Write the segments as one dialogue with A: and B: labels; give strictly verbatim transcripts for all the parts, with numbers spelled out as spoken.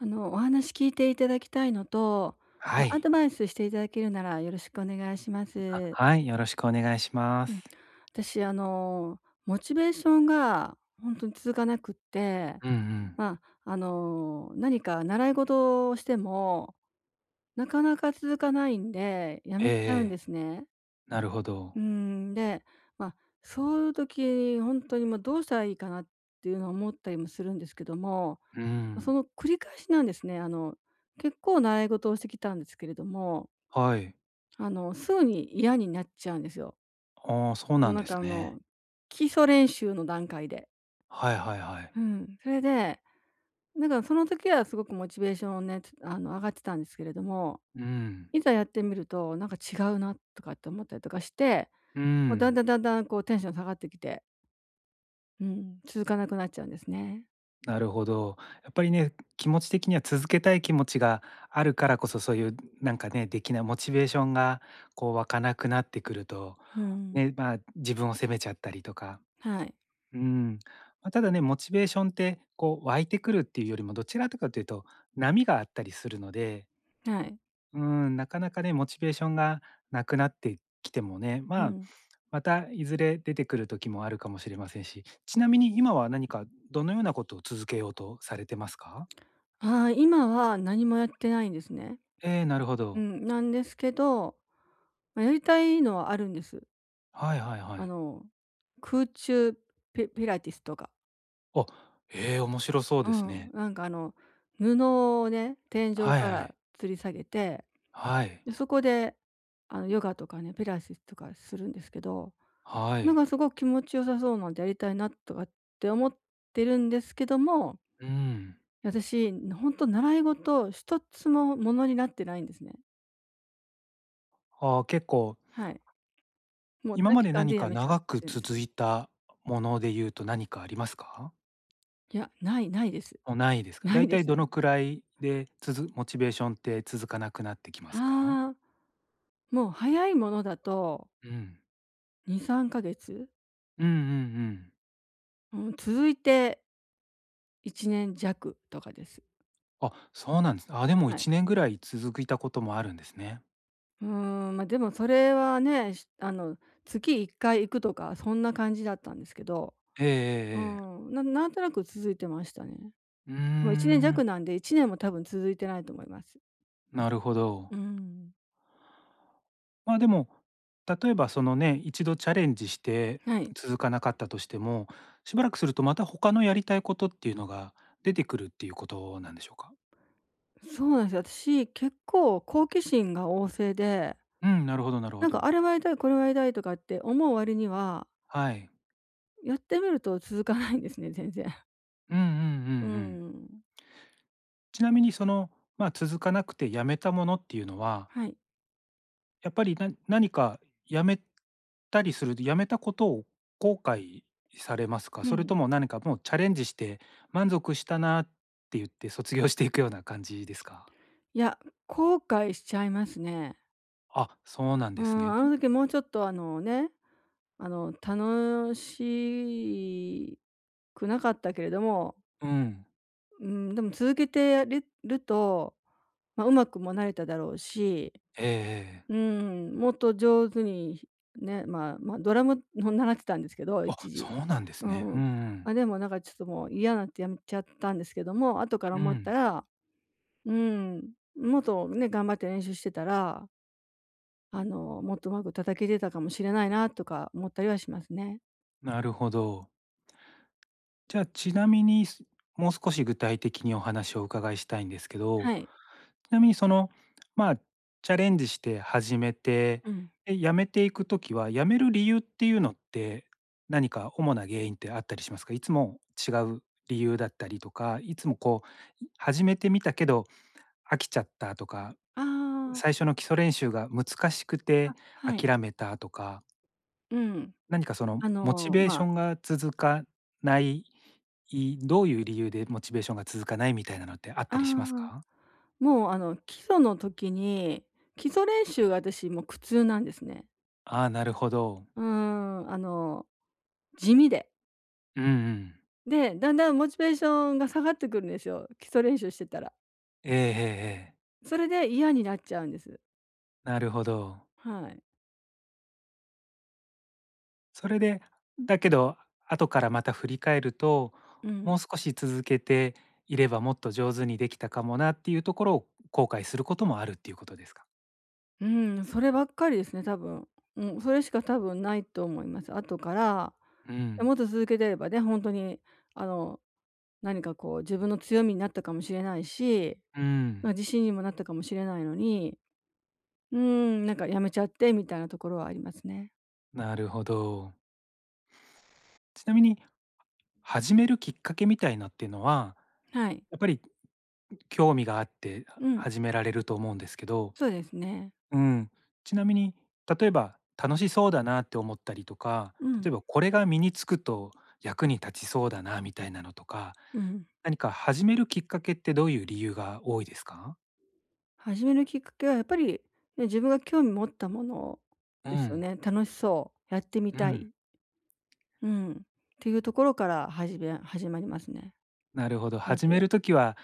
A: あの、お話聞いていただきたいのと、
B: は
A: まア
B: い。
A: ドバイスしていただけるならよろしくお願いしま
B: あ、
A: す。
B: はい、よろしくお願いしま
A: うん。
B: す。
A: 私、あの、モチベーションが本当に続かなくって、
B: うんうん。
A: ま、ああの、何か習い事をしても、なかなか続かないんで、や
B: ええ
A: めち
B: え
A: ゃうんで
B: え、
A: すね。
B: なるほ
A: う
B: ど。
A: ん、で、まあ、そういう時に本当にもうどうしたらいいかなっていうのを思ったりもするんですけども、
B: う
A: そ
B: ん、
A: の繰り返しなんですね。あの、結構習い事をしてきたんですけれども、
B: はい。
A: あの、すぐに嫌になっちゃうんですよ。
B: ああ、そう
A: も
B: な
A: う
B: ん
A: なん
B: です
A: かあ
B: ね。
A: の、基礎練習の段階で。
B: はいはいはい。
A: うん。それで、なんかその時はすごくモチベーションをね、つあの、上がってたんですけれども、
B: うん、
A: いざやってみると、なんか違うなとかって思ったりとかして、
B: う
A: もうだん
B: ん、
A: だんだんだんこうテンション下がってきて、うん、続かなくなっちゃうんですね。
B: なるほど。やっぱりね、気持ち的には続けたい気持ちがあるからこそ、そういうなんかね、できないモチベーションがこう湧かなくなってくると、
A: うん。
B: ね、まあ、自分を責めちゃったりとか。
A: はい。
B: うん。まあ、ただね、モチベーションってこう湧いてくるっていうよりも、どちらとかというと、波があったりするので
A: はい。
B: うーん、なかなかね、モチベーションがなくなってきてもね、ま
A: う
B: あ、
A: ん。
B: またいずれ出てくる時もあるかもしれませんし、ちなみに今は何かどのようなことを続けようとされてますか？
A: ああ、今は何もやってないんですね。
B: ええ、なるほ
A: う
B: ど。
A: ん、なんですけど、ま、やりたいのはあるんです。
B: はいはいは
A: あ
B: い。
A: の、空中ピピラティスとか。
B: あ、ええ、面白そう
A: う
B: です
A: ん、
B: ね。
A: なんかあの、布をね、天井
B: はい
A: か
B: は
A: ら
B: い。
A: 吊り下げて、
B: はい。
A: で、そこで、あの、ヨガとかね、ピラティスとかするんですけど、
B: は
A: なん
B: い。
A: かすごく気持ちよさそうなんでやりたいなとかって思ってるんですけども、
B: うん。
A: 私、本当習い事一つもものになってないんですね。
B: ああ、結構、
A: はい。もう
B: 今
A: 短
B: ま
A: 期
B: で
A: 間で
B: 何
A: や
B: か
A: めちゃっ
B: 長く
A: てるんです。
B: 続いたもので言うと何かありますか？
A: いや、ないないです。
B: もうないですか？
A: な
B: だ
A: い
B: いた
A: で
B: い
A: す。
B: どのくらいで、つづモチベーションって続かなくなってきますか？
A: ああ、もう早いものだと
B: うん。
A: に、さんかげつ、
B: うんうんうん。
A: うん、続いていちねん弱とかです。
B: あ、そうなんです。あ、でも
A: はい。
B: いちねんぐらい続いたこともあるんですね。
A: うーん、ま、でもそれはね、しあの、月いっかい行くとかそんな感じだったんですけど、
B: えええ
A: う
B: えええ。
A: ん、ななんとなく続いてましたね。
B: うー
A: もういちねん
B: ん、
A: 弱なんでいちねんも多分続いてないと思います。
B: なるほど。
A: うん。
B: まあ、でも、例えばそのね、一度チャレンジして
A: はい。
B: 続かなかったとしても、しばらくするとまた他のやりたいことっていうのが出てくるっていうことなんでしょうか？
A: そうなんですよ。私、結構好奇心が旺盛で、
B: うん、なるほどなるほ
A: なんかあ
B: ど。
A: れはやりたい、これはやりたいとかって思う割には
B: はい。
A: やってみると続かないんですね、全然。
B: うんうんうんう
A: う
B: ん。
A: ん。
B: ちなみにその、まあ、続かなくてやめたものっていうのは、
A: はい。
B: やっぱりな何かやめたりすると、やめたことを後悔されますか？
A: う
B: それ
A: ん。
B: とも何かもうチャレンジして、満足したなって言って卒業していくような感じですか？
A: いや、後悔しちゃいますね。
B: あ、そうなん
A: う
B: です
A: ん、あ
B: ね。
A: の時もうちょっとあのね、あの楽しくなかったけれども、
B: うん。
A: うん、でも続けてやると、まあ、うまくもなれただろうし、
B: ええええ。
A: うん、もっと上手に、ね、まあ、まあ、ドラムの習ってたんですけど、
B: あ、
A: 一
B: そ
A: 時。
B: うなんです
A: う
B: ね。うん
A: ん。
B: うん。
A: あ、でもなんかちょっともう嫌になってやめちゃったんですけども、後から
B: う
A: 思った
B: ん、
A: ら、うん、もっとね、頑張って練習してたら、あの、もっとうまく叩けてたかもしれないなとか思ったりはしますね。
B: なるほど。じゃあ、ちなみに、すもう少し具体的にお話をお伺いしたいんですけど、
A: はい。
B: ちなみにその、まあ、チャレンジして始めて、
A: うん。
B: で、やめていくときは、やめる理由っていうのって、何か主な原因ってあったりしますか？いつも違う理由だったりとか、いつもこう、始めてみたけど飽きちゃったとか、
A: ああ、
B: 最初の基礎練習が難しく
A: あ、
B: て
A: はい。
B: 諦めたとか、
A: うん。
B: 何かその
A: あ
B: モチ
A: の、
B: ベーシ
A: ま
B: ョ
A: あ、
B: ンが続かない、いどういう理由でモチベーションが続かないみたいなのってあったりします
A: ああ、
B: か？
A: もうあの、基礎の時に、基礎練習が私もう苦痛なんですね。
B: ああー、なるほど。
A: うーん、あの、地味で。
B: うんうん。
A: で、だんだんモチベーションが下がってくるんですよ、基礎練習してたら。
B: ええええええ。
A: それで嫌になっちゃうんです。
B: なるほど。
A: はい。
B: それで、だけど、後からまた振り返ると、
A: う
B: も
A: ん。
B: う少し続けていればもっと上手にできたかもなっていうところを後悔することもあるっていうことですか？
A: うん、そればっかりですね、多分。うん、それしか多分ないと思います。後から、
B: うん。
A: もっと続けてればね、本当に、あの、何かこう自分の強みになったかもしれないし、
B: う
A: ま、
B: ん。
A: 自信にもなったかもしれないのに、うーん、なんかやめちゃってみたいなところはありますね。
B: なるほど。ちなみに始めるきっかけみたいなっていうのは、
A: はい。
B: やっぱり興味があって
A: うん、
B: 始められると思うんですけど。
A: そうですね。
B: うん。ちなみに、例えば楽しそうだなって思ったりとか、
A: う
B: 例
A: ん。
B: えばこれが身につくと役に立ちそうだなみたいなのとか、
A: うん、
B: 何か始めるきっかけってどういう理由が多いですか？
A: 始めるきっかけはやっぱり、ね、自分が興味持ったもの
B: う
A: ですよ
B: ん、
A: ね。楽しそう、やってみ
B: う
A: た
B: ん。
A: い、うん、っていうところから始め始まりますね、
B: なるほど。
A: ま
B: 始
A: ず
B: め
A: は。
B: る時は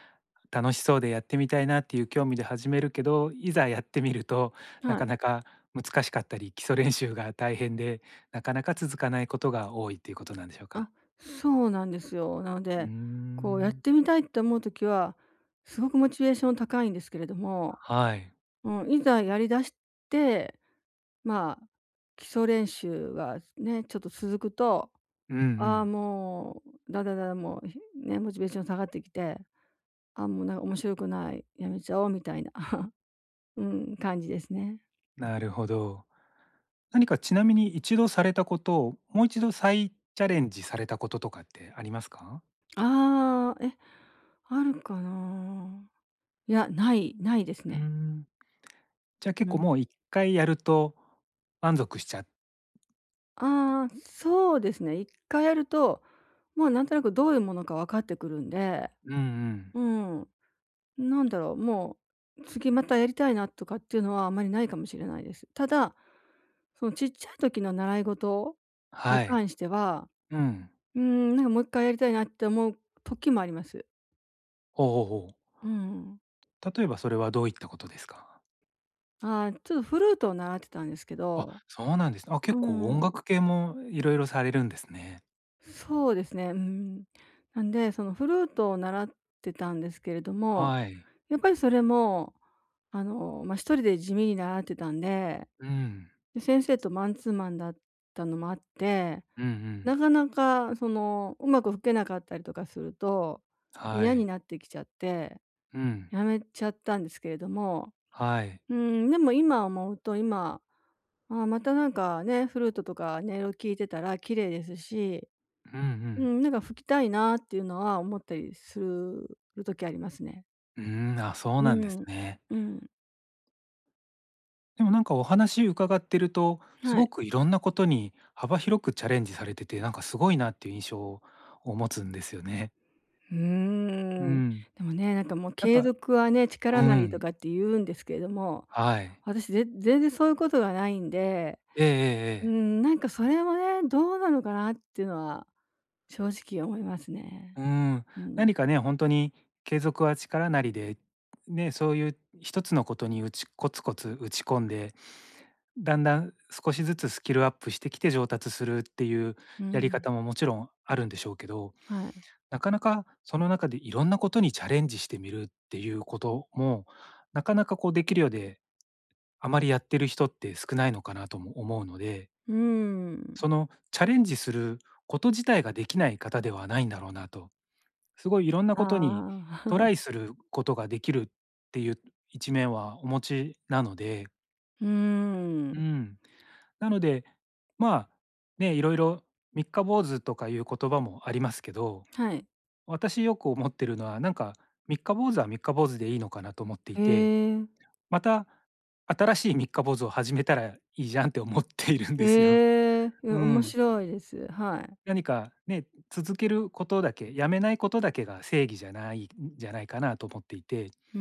B: 楽しそうでやってみたいなっていう興味で始めるけど、いざやってみるとな
A: は
B: か
A: い。
B: なか難しかったり、基礎練習が大変で、なかなか続かないことが多いっていうことなんでしょう
A: あ、
B: か？
A: そうなんですよ。なの
B: うー
A: で、こうやっ
B: ん。
A: てみたいって思うときは、すごくモチベーション高いんですけれども、
B: はい。
A: うん、いざやりだして、まあ、基礎練習がね、ちょっと続くと、
B: うんう
A: ああ、
B: ん。
A: もう、だだだだ、もう、ひね、モチベーション下がってきて、あ、もうなんか面白くない、やめちゃおうみたいな、うん、感じですね。
B: なるほど。何かちなみに一度されたことを、もう一度再チャレンジされたこととかってありますか？
A: ああ、え、あるかな。いや、ないないです
B: うー
A: ね。
B: ん。じゃあ、
A: う
B: 結構
A: ん。
B: もう一回やると満足しちゃ
A: ああ、そうですね。一回やると、もうなんとなくどういうものか分かってくるんで、
B: うんうん。
A: うん、なんだろう、もう次またやりたいなとかっていうのはあまりないかもしれないです。ただ、そのちっちゃい時の習い事に
B: はい。
A: 関しては、
B: うん。
A: うん、なんかもう一回やりたいなって思う時もあります。
B: ほうほうほう。
A: うん。
B: 例えばそれはどういったことですか？
A: ああ、ちょっとフルートを習ってたんですけ
B: あ、
A: ど、
B: そうなんですね。あ、
A: う
B: 結構音
A: ん。
B: 楽系もいろいろされるんですね。
A: そうですね、うん。なんで、そのフルートを習ってたんですけれども、
B: はい。
A: やっぱりそれも、あの、まあ、一人で地味に習ってたんで、
B: うん。
A: で、先生とマンツーマンだったのもあって、
B: うんうん。
A: なかなかその、うまく吹けなかったりとかすると、
B: は
A: 嫌に
B: い。
A: なってきちゃって、
B: うん。
A: やめちゃったんですけれども、
B: はい。
A: うん、でも今思うと、今、あまたなんかね、フルートとか音色聞いてたら綺麗ですし、
B: うんう
A: う
B: ん。
A: ん、なんか吹きたいなっていうのは思ったりする時ありますね。
B: うーん、あ、そう
A: う
B: なんです
A: ん。
B: ね。
A: うん。
B: でもなんかお話伺ってると、す
A: は
B: ご
A: い。
B: くいろんなことに幅広くチャレンジされてて、なんかすごいなっていう印象を持つんですよね。
A: うー
B: う
A: ん。
B: ん。
A: でもね、なんかもう
B: なん
A: 継
B: か
A: 続はね、
B: う
A: 力なりと
B: ん、
A: かって言うんですけれども、
B: はい。
A: 私ぜ全然そういうことがないんで、
B: ええええ
A: う
B: ええ。
A: ん、なんかそれもね、どうなのかなっていうのは正直思いますね。
B: うん、
A: うん。
B: 何かね、本当に継続は力なりで、ね、そういう一つのことに打ちコツコツ打ち込んで、だんだん少しずつスキルアップしてきて上達するっていう
A: う
B: やり
A: ん。
B: 方ももちろんあるんでしょうけど、
A: はい。
B: なかなかその中でいろんなことにチャレンジしてみるっていうことも、なかなかこうできるようで、あまりやってる人って少ないのかなとも思うので、
A: うーん。
B: そのチャレンジすること自体ができない方ではないんだろうなと、すごいいろんな
A: あ
B: ことに
A: あ。
B: ト ライすることができるっていう一面はお持ちなので、
A: うー
B: う
A: ん、
B: ん。なので、まあ、ね、いろいろ三日坊主とかいう言葉もありますけど、
A: はい。
B: 私よく思ってるのは、なんか、三日坊主は三日坊主でいいのかなと思って
A: へ
B: いて、
A: え、
B: また新しい三日坊主を始めたらいいじゃんって思っているんですよ。
A: へえ。え、
B: う
A: 面
B: ん。
A: 白いです。はい。
B: 何かね、続けることだけ、やめないことだけが正義じゃないんじゃないかなと思っていて、
A: うー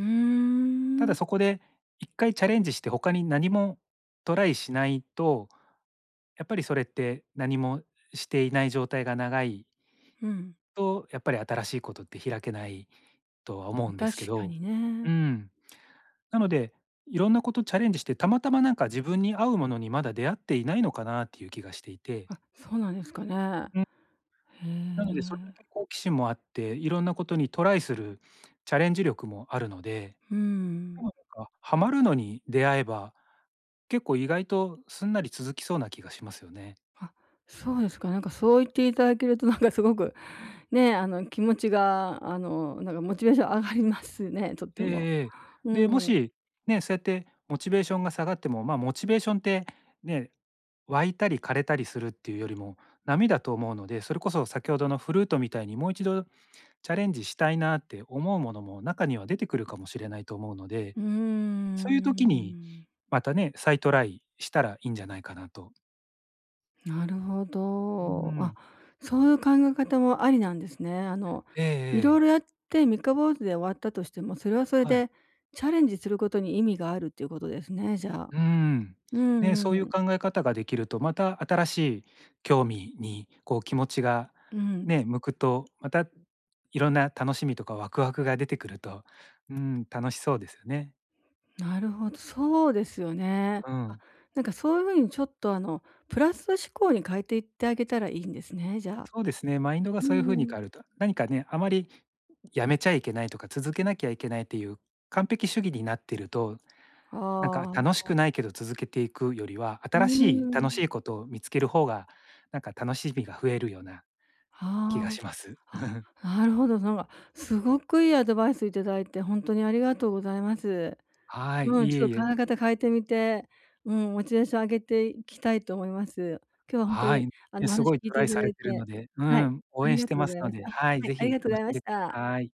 B: た
A: ん、
B: だそこで一回チャレンジして他に何もトライしないと、やっぱりそれって何もしていない状態が長い
A: うん。
B: と、やっぱり新しいことって開けないとは思
A: ま
B: うんです
A: 確
B: け
A: か
B: ど。
A: にね。
B: うん。なので、いろんなことチャレンジして、たまたまなんか自分に合うものにまだ出会っていないのかなっていう気がしていて、
A: あ、そうなんですかね。
B: うん。
A: へ
B: なのでそれだ
A: え。
B: け好奇心もあって、いろんなことにトライするチャレンジ力もあるので、
A: うー
B: 多
A: ん。
B: 分なんかハマるのに出会えば、結構意外とすんなり続きそうな気がしますよね。
A: あ、そうですか。なんかそう言っていただけるとなんかすごく、ね、あの、気持ちが、あの、なんかモチベーション上がりますね、とって
B: ええ
A: も。
B: ええ。
A: う
B: で、も
A: ん。
B: し、ね、そうやってモチベーションが下がっても、まあ、モチベーションってね、湧いたり枯れたりするっていうよりも、波だと思うので、それこそ先ほどのフルートみたいにもう一度チャレンジしたいなって思うものも中には出てくるかもしれないと思うので、
A: うー
B: そういう時に
A: ん。
B: またね、再トライしたらいいんじゃないかなと。
A: なるほ
B: うー
A: ど。あ、
B: ん。
A: そういう考え方もありなんですね。あの、
B: ええ
A: いろい
B: え
A: ろ
B: え。
A: やって三日坊主で終わったとしても、それはそれ
B: はい。
A: でチャレンジすることに意味があるっていうことですね、じゃあ。
B: うーん。
A: う
B: ね、そ
A: ん
B: ういう
A: うん。
B: 考え方ができると、また新しい興味にこう気持ちが
A: うん。
B: ね、向くと、またいろんな楽しみとかワクワクが出てくると、うん、楽しそうですよね。
A: なるほど、そうですよね。
B: う
A: あ、
B: ん。
A: なんかそういうふうにちょっとあの、プラス思考に変えていってあげたらいいんですね、じゃあ。
B: そうですね、マインドが
A: う
B: そういう
A: ん
B: 風に
A: う
B: 変
A: ん。
B: わると、何かね、あまりやめちゃいけないとか、続けなきゃいけないっていう完璧主義になってると、なんか
A: あ
B: 楽し
A: あ、う
B: くないけど続けていくよりは、新しい楽し
A: ん。
B: いことを見つける方が、なんか楽しみが増えるような気
A: あ
B: がします。
A: あ。あ、なるほど。なんか、すごくいいアドバイスいただいて、本当にありがとうございます。
B: はい、
A: うん、
B: い
A: ちょ
B: え
A: っ
B: い
A: と考
B: え、
A: え方変えてみて、うん、モチベーション上げていきたいと思います。今日は本当
B: は
A: に、
B: い。
A: あ
B: ね、
A: の、お
B: す
A: 話
B: ごい
A: 聞い
B: ト
A: て
B: ラ
A: い
B: イ
A: た
B: さ
A: だ
B: れ
A: い
B: てる
A: て、
B: ので、う
A: はい、
B: ん、応
A: あ
B: 援
A: り
B: し
A: が
B: て
A: とう
B: ま
A: ご
B: す
A: ざいま
B: の
A: し
B: で、
A: た。
B: はい、
A: はい、
B: ぜ
A: あり
B: ひ
A: がとうご
B: 楽
A: ざい
B: しん
A: ま
B: で
A: し
B: くだ
A: た。
B: さい。